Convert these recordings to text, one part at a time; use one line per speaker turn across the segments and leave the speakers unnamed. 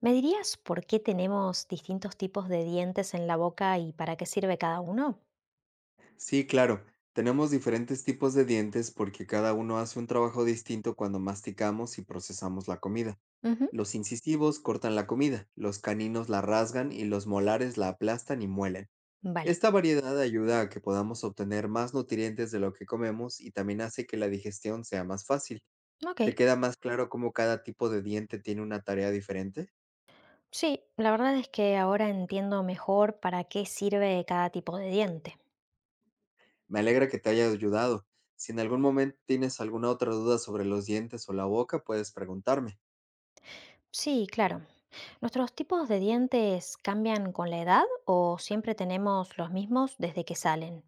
¿Me dirías por qué tenemos distintos tipos de dientes en la boca y para qué sirve cada uno?
Sí, claro. Tenemos diferentes tipos de dientes porque cada uno hace un trabajo distinto cuando masticamos y procesamos la comida.
Ujú.
Los incisivos cortan la comida, los caninos la rasgan y los molares la aplastan y muelen.
Vale,
Esta variedad ayuda a que podamos obtener más nutrientes de lo que comemos, y también hace que la digestión sea más fácil.
ok.
¿Te queda más claro cómo cada tipo de diente tiene una tarea diferente?
Sí, la verdad es que ahora entiendo mejor para qué sirve cada tipo de diente.
Me alegra que te haya ayudado. Si en algún momento tienes alguna otra duda sobre los dientes o la boca, puedes preguntarme.
Sí, claro. ¿Nuestros tipos de dientes cambian con la edad o siempre tenemos los mismos desde que salen?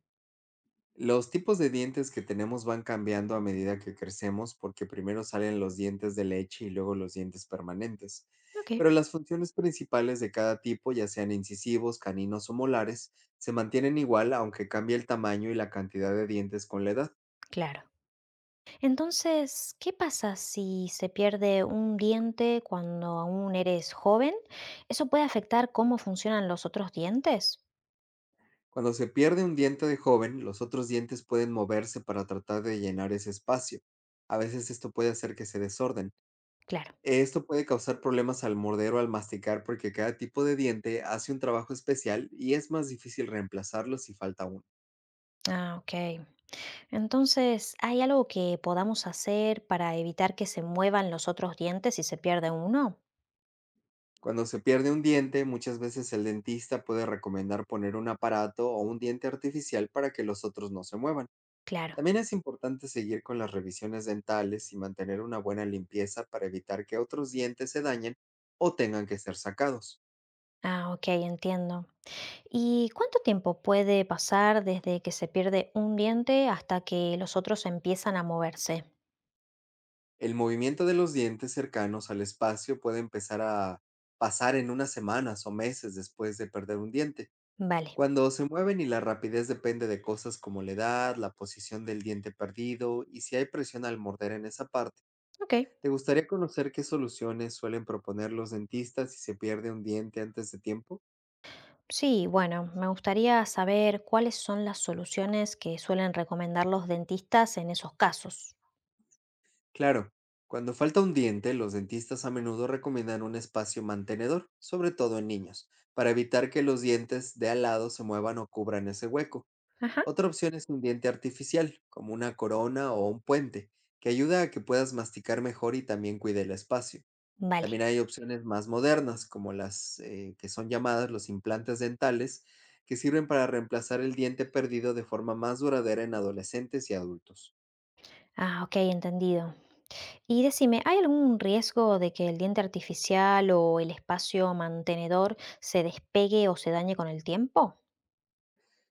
Los tipos de dientes que tenemos van cambiando a medida que crecemos, porque primero salen los dientes de leche y luego los dientes permanentes.
Ok,
Pero las funciones principales de cada tipo, ya sean incisivos, caninos o molares, se mantienen igual aunque cambie el tamaño y la cantidad de dientes con la edad.
claro. Entonces, ¿qué pasa si se pierde un diente cuando aún eres joven? ¿Eso puede afectar cómo funcionan los otros dientes?
Cuando se pierde un diente de joven, los otros dientes pueden moverse para tratar de llenar ese espacio. A veces esto puede hacer que se desorden.
Claro.
Esto puede causar problemas al morder o al masticar, porque cada tipo de diente hace un trabajo especial y es más difícil reemplazarlo si falta uno.
Ah, ok. Entonces, ¿hay algo que podamos hacer para evitar que se muevan los otros dientes si se pierde uno?
Cuando se pierde un diente, muchas veces el dentista puede recomendar poner un aparato o un diente artificial para que los otros no se muevan.
Claro.
También es importante seguir con las revisiones dentales y mantener una buena limpieza para evitar que otros dientes se dañen o tengan que ser sacados.
Ah, ok, entiendo. ¿Y cuánto tiempo puede pasar desde que se pierde un diente hasta que los otros empiezan a moverse?
El movimiento de los dientes cercanos al espacio puede empezar a pasar en unas semanas o meses después de perder un diente,
Vale.
cuando se mueven, y la rapidez depende de cosas como la edad, la posición del diente perdido y si hay presión al morder en esa parte.
Ok.
¿Te gustaría conocer qué soluciones suelen proponer los dentistas si se pierde un diente antes de tiempo?
Sí, bueno, me gustaría saber cuáles son las soluciones que suelen recomendar los dentistas en esos casos.
Claro, cuando falta un diente, los dentistas a menudo recomiendan un espacio mantenedor, sobre todo en niños, para evitar que los dientes de al lado se muevan o cubran ese hueco.
Ajá.
Otra opción es un diente artificial, como una corona o un puente, que ayuda a que puedas masticar mejor y también cuide el espacio.
Vale.
También hay opciones más modernas, como las que son llamadas los implantes dentales, que sirven para reemplazar el diente perdido de forma más duradera en adolescentes y adultos.
Ah, ok, entendido. Y decime, ¿hay algún riesgo de que el diente artificial o el espacio mantenedor se despegue o se dañe con el tiempo?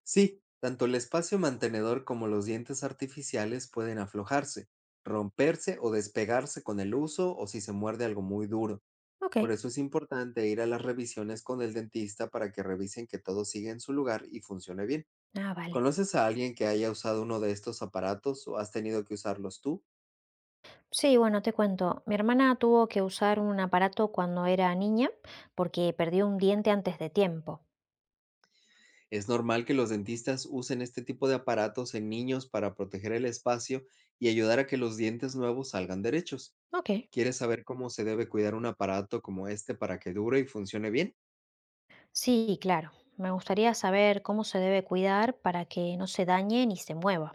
Sí, tanto el espacio mantenedor como los dientes artificiales pueden aflojarse, romperse o despegarse con el uso o si se muerde algo muy duro.
Ok.
Por eso es importante ir a las revisiones con el dentista, para que revisen que todo sigue en su lugar y funcione bien.
Ah, vale.
¿Conoces a alguien que haya usado uno de estos aparatos o has tenido que usarlos tú?
Sí, bueno, te cuento. Mi hermana tuvo que usar un aparato cuando era niña porque perdió un diente antes de tiempo.
Es normal que los dentistas usen este tipo de aparatos en niños, para proteger el espacio y ayudar a que los dientes nuevos salgan derechos.
Ok.
¿Quieres saber cómo se debe cuidar un aparato como este para que dure y funcione bien?
Sí, claro. Me gustaría saber cómo se debe cuidar para que no se dañe ni se mueva.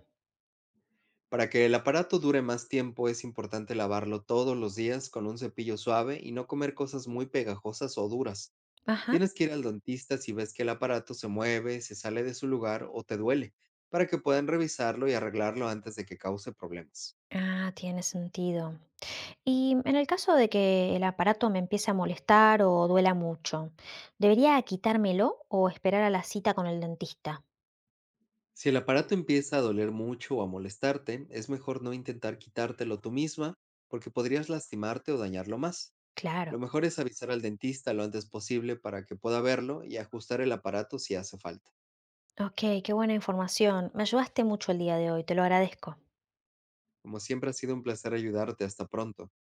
Para que el aparato dure más tiempo, es importante lavarlo todos los días con un cepillo suave y no comer cosas muy pegajosas o duras.
Ajá.
Tienes que ir al dentista si ves que el aparato se mueve, se sale de su lugar o te duele, para que puedan revisarlo y arreglarlo antes de que cause problemas.
Ah, tiene sentido. Y en el caso de que el aparato me empiece a molestar o duela mucho, ¿debería quitármelo o esperar a la cita con el dentista?
Si el aparato empieza a doler mucho o a molestarte, es mejor no intentar quitártelo tú misma, porque podrías lastimarte o dañarlo más. Lo
Claro.
mejor es avisar al dentista lo antes posible para que pueda verlo y ajustar el aparato si hace falta.
Ok, qué buena información. Me ayudaste mucho el día de hoy, te lo agradezco.
Como siempre, ha sido un placer ayudarte. Hasta pronto.